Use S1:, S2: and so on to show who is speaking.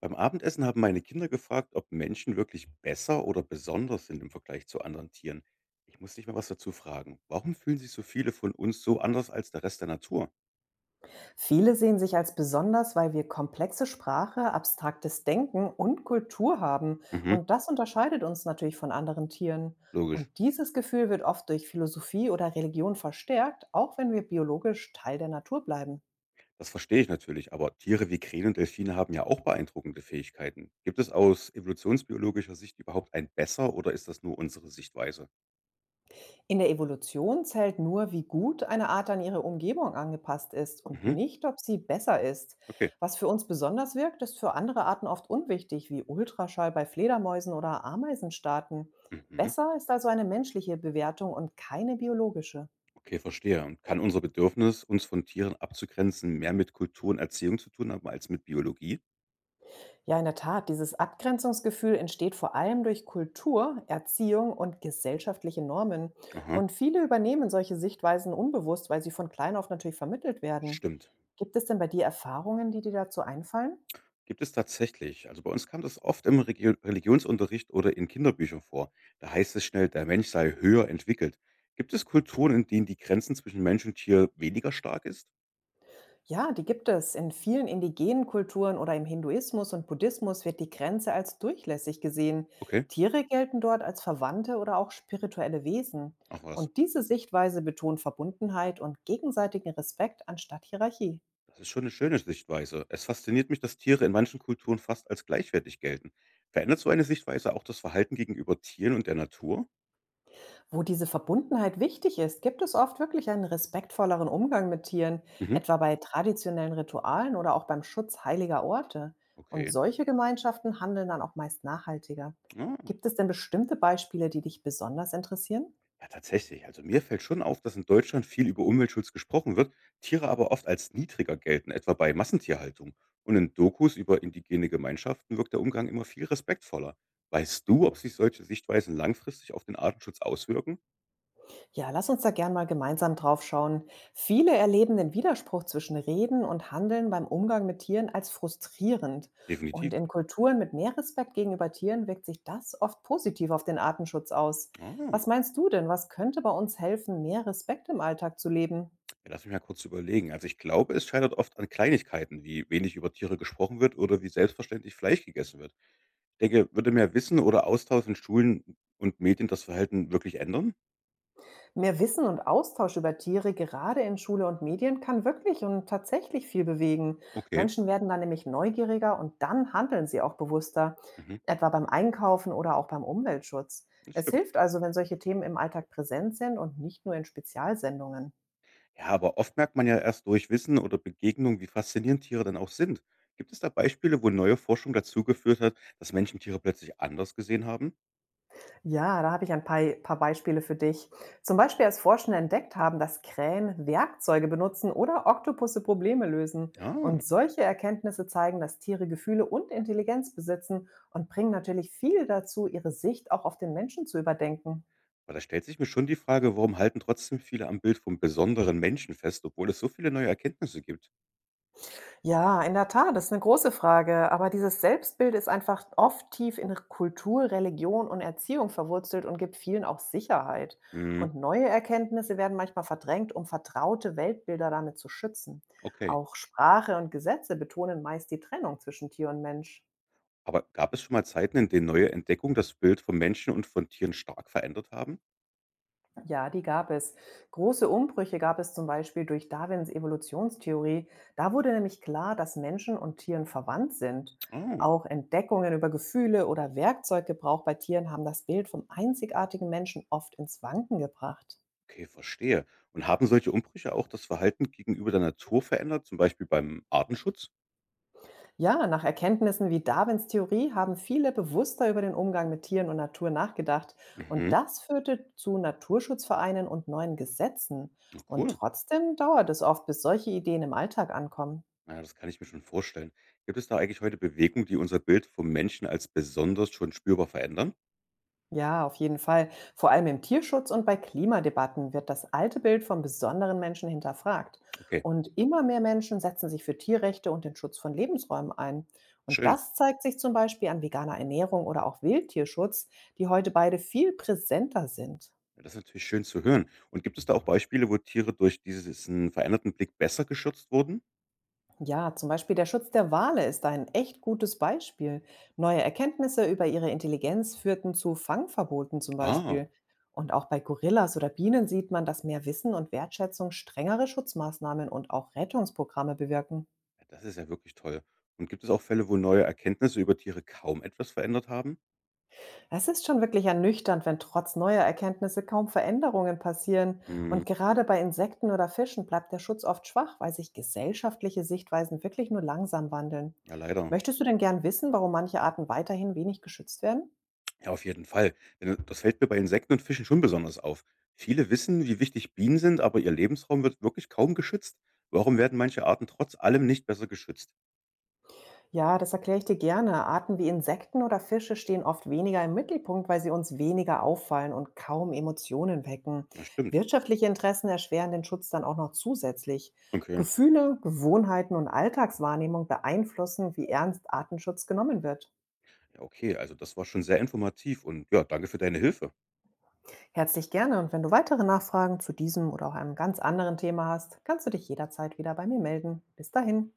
S1: Beim Abendessen haben meine Kinder gefragt, ob Menschen wirklich besser oder besonders sind im Vergleich zu anderen Tieren. Ich muss dich mal was dazu fragen. Warum fühlen sich so viele von uns so anders als der Rest der Natur?
S2: Viele sehen sich als besonders, weil wir komplexe Sprache, abstraktes Denken und Kultur haben.
S1: Mhm,
S2: Und das unterscheidet uns natürlich von anderen Tieren.
S1: logisch.
S2: Und dieses Gefühl wird oft durch Philosophie oder Religion verstärkt, auch wenn wir biologisch Teil der Natur bleiben.
S1: Das verstehe ich natürlich, aber Tiere wie Krähen und Delfine haben ja auch beeindruckende Fähigkeiten. Gibt es aus evolutionsbiologischer Sicht überhaupt ein besser oder ist das nur unsere Sichtweise?
S2: In der Evolution zählt nur, wie gut eine Art an ihre Umgebung angepasst ist und
S1: Mhm,
S2: nicht, ob sie besser ist.
S1: okay.
S2: Was für uns besonders wirkt, ist für andere Arten oft unwichtig, wie Ultraschall bei Fledermäusen oder Ameisenstaaten.
S1: Mhm,
S2: Besser ist also eine menschliche Bewertung und keine biologische.
S1: okay, verstehe. Und kann unser Bedürfnis, uns von Tieren abzugrenzen, mehr mit Kultur und Erziehung zu tun haben als mit Biologie?
S2: Ja, in der Tat, dieses Abgrenzungsgefühl entsteht vor allem durch Kultur, Erziehung und gesellschaftliche Normen.
S1: Aha,
S2: Und viele übernehmen solche Sichtweisen unbewusst, weil sie von klein auf natürlich vermittelt werden.
S1: stimmt.
S2: Gibt es denn bei dir Erfahrungen, die dir dazu einfallen?
S1: Gibt es tatsächlich. Also bei uns kam das oft im Regio Religionsunterricht oder in Kinderbüchern vor. Da heißt es schnell, der Mensch sei höher entwickelt. Gibt es Kulturen, in denen die Grenzen zwischen Mensch und Tier weniger stark ist?
S2: Ja, die gibt es. In vielen indigenen Kulturen oder im Hinduismus und Buddhismus wird die Grenze als durchlässig gesehen.
S1: Okay,
S2: Tiere gelten dort als Verwandte oder auch spirituelle Wesen.
S1: ach was.
S2: Und diese Sichtweise betont Verbundenheit und gegenseitigen Respekt anstatt Hierarchie.
S1: Das ist schon eine schöne Sichtweise. Es fasziniert mich, dass Tiere in manchen Kulturen fast als gleichwertig gelten. Verändert so eine Sichtweise auch das Verhalten gegenüber Tieren und der Natur?
S2: Wo diese Verbundenheit wichtig ist, gibt es oft wirklich einen respektvolleren Umgang mit Tieren,
S1: Mhm.
S2: etwa bei traditionellen Ritualen oder auch beim Schutz heiliger Orte. Und
S1: Okay.
S2: solche Gemeinschaften handeln dann auch meist nachhaltiger.
S1: Ah.
S2: Gibt es denn bestimmte Beispiele, die dich besonders interessieren?
S1: Ja, tatsächlich. Also mir fällt schon auf, dass in Deutschland viel über Umweltschutz gesprochen wird, Tiere aber oft als niedriger gelten, etwa bei Massentierhaltung. Und in Dokus über indigene Gemeinschaften wirkt der Umgang immer viel respektvoller. Weißt du, ob sich solche Sichtweisen langfristig auf den Artenschutz auswirken?
S2: Ja, lass uns da gern mal gemeinsam drauf schauen. Viele erleben den Widerspruch zwischen Reden und Handeln beim Umgang mit Tieren als frustrierend. Und
S1: Definitiv.
S2: in Kulturen mit mehr Respekt gegenüber Tieren wirkt sich das oft positiv auf den Artenschutz aus.
S1: Ah,
S2: Was
S1: ja,
S2: meinst du denn, was könnte bei uns helfen, mehr Respekt im Alltag zu leben?
S1: lass mich mal kurz überlegen. Also ich glaube, es scheitert oft an Kleinigkeiten, wie wenig über Tiere gesprochen wird oder wie selbstverständlich Fleisch gegessen wird. Ich denke, würde mehr Wissen oder Austausch in Schulen und Medien das Verhalten wirklich ändern?
S2: Mehr Wissen und Austausch über Tiere, gerade in Schule und Medien, kann wirklich und tatsächlich viel bewegen.
S1: Okay,
S2: Menschen werden dann nämlich neugieriger und dann handeln sie auch bewusster,
S1: mhm.
S2: etwa beim Einkaufen oder auch beim Umweltschutz.
S1: Das
S2: Es
S1: stimmt.
S2: hilft also, wenn solche Themen im Alltag präsent sind und nicht nur in Spezialsendungen.
S1: Ja, aber oft merkt man ja erst durch Wissen oder Begegnung, wie faszinierend Tiere dann auch sind. Gibt es da Beispiele, wo neue Forschung dazu geführt hat, dass Menschen Tiere plötzlich anders gesehen haben?
S2: Ja, da habe ich ein paar Beispiele für dich. Zum Beispiel, als Forschende entdeckt haben, dass Krähen Werkzeuge benutzen oder Oktopusse Probleme lösen.
S1: Ja,
S2: Und solche Erkenntnisse zeigen, dass Tiere Gefühle und Intelligenz besitzen und bringen natürlich viel dazu, ihre Sicht auch auf den Menschen zu überdenken.
S1: aber da stellt sich mir schon die Frage, warum halten trotzdem viele am Bild vom besonderen Menschen fest, obwohl es so viele neue Erkenntnisse gibt?
S2: Ja, in der Tat, das ist eine große Frage, aber dieses Selbstbild ist einfach oft tief in Kultur, Religion und Erziehung verwurzelt und gibt vielen auch Sicherheit.
S1: Hm,
S2: Und neue Erkenntnisse werden manchmal verdrängt, um vertraute Weltbilder damit zu schützen.
S1: okay.
S2: Auch Sprache und Gesetze betonen meist die Trennung zwischen Tier und Mensch.
S1: Aber gab es schon mal Zeiten, in denen neue Entdeckungen das Bild von Menschen und von Tieren stark verändert haben?
S2: Ja, die gab es. Große Umbrüche gab es zum Beispiel durch Darwins Evolutionstheorie. Da wurde nämlich klar, dass Menschen und Tieren verwandt sind.
S1: Oh,
S2: Auch Entdeckungen über Gefühle oder Werkzeuggebrauch bei Tieren haben das Bild vom einzigartigen Menschen oft ins Wanken gebracht.
S1: okay, verstehe. Und haben solche Umbrüche auch das Verhalten gegenüber der Natur verändert, zum Beispiel beim Artenschutz?
S2: Ja, nach Erkenntnissen wie Darwins Theorie haben viele bewusster über den Umgang mit Tieren und Natur nachgedacht. Und
S1: Mhm.
S2: das führte zu Naturschutzvereinen und neuen Gesetzen.
S1: Na
S2: Und
S1: cool.
S2: trotzdem dauert es oft, bis solche Ideen im Alltag ankommen.
S1: Na ja, das kann ich mir schon vorstellen. Gibt es da eigentlich heute Bewegungen, die unser Bild vom Menschen als besonders schon spürbar verändern?
S2: Ja, auf jeden Fall. Vor allem im Tierschutz und bei Klimadebatten wird das alte Bild vom besonderen Menschen hinterfragt.
S1: Okay,
S2: Und immer mehr Menschen setzen sich für Tierrechte und den Schutz von Lebensräumen ein. Und
S1: schön.
S2: das zeigt sich zum Beispiel an veganer Ernährung oder auch Wildtierschutz, die heute beide viel präsenter sind.
S1: Ja, das ist natürlich schön zu hören. Und gibt es da auch Beispiele, wo Tiere durch diesen veränderten Blick besser geschützt wurden?
S2: Ja, zum Beispiel der Schutz der Wale ist da ein echt gutes Beispiel. Neue Erkenntnisse über ihre Intelligenz führten zu Fangverboten zum Beispiel.
S1: Ah,
S2: Und auch bei Gorillas oder Bienen sieht man, dass mehr Wissen und Wertschätzung strengere Schutzmaßnahmen und auch Rettungsprogramme bewirken.
S1: ja, das ist ja wirklich toll. Und gibt es auch Fälle, wo neue Erkenntnisse über Tiere kaum etwas verändert haben?
S2: Es ist schon wirklich ernüchternd, wenn trotz neuer Erkenntnisse kaum Veränderungen passieren.
S1: Hm,
S2: Und gerade bei Insekten oder Fischen bleibt der Schutz oft schwach, weil sich gesellschaftliche Sichtweisen wirklich nur langsam wandeln.
S1: ja, leider.
S2: Möchtest du denn gern wissen, warum manche Arten weiterhin wenig geschützt werden?
S1: Ja, auf jeden Fall. Denn das fällt mir bei Insekten und Fischen schon besonders auf. Viele wissen, wie wichtig Bienen sind, aber ihr Lebensraum wird wirklich kaum geschützt. Warum werden manche Arten trotz allem nicht besser geschützt?
S2: Ja, das erkläre ich dir gerne. Arten wie Insekten oder Fische stehen oft weniger im Mittelpunkt, weil sie uns weniger auffallen und kaum Emotionen wecken.
S1: Ja, stimmt.
S2: Wirtschaftliche Interessen erschweren den Schutz dann auch noch zusätzlich.
S1: Okay.
S2: Gefühle, Gewohnheiten und Alltagswahrnehmung beeinflussen, wie ernst Artenschutz genommen wird.
S1: Ja, okay. Also das war schon sehr informativ und ja, danke für deine Hilfe.
S2: Herzlich gerne und wenn du weitere Nachfragen zu diesem oder auch einem ganz anderen Thema hast, kannst du dich jederzeit wieder bei mir melden. Bis dahin.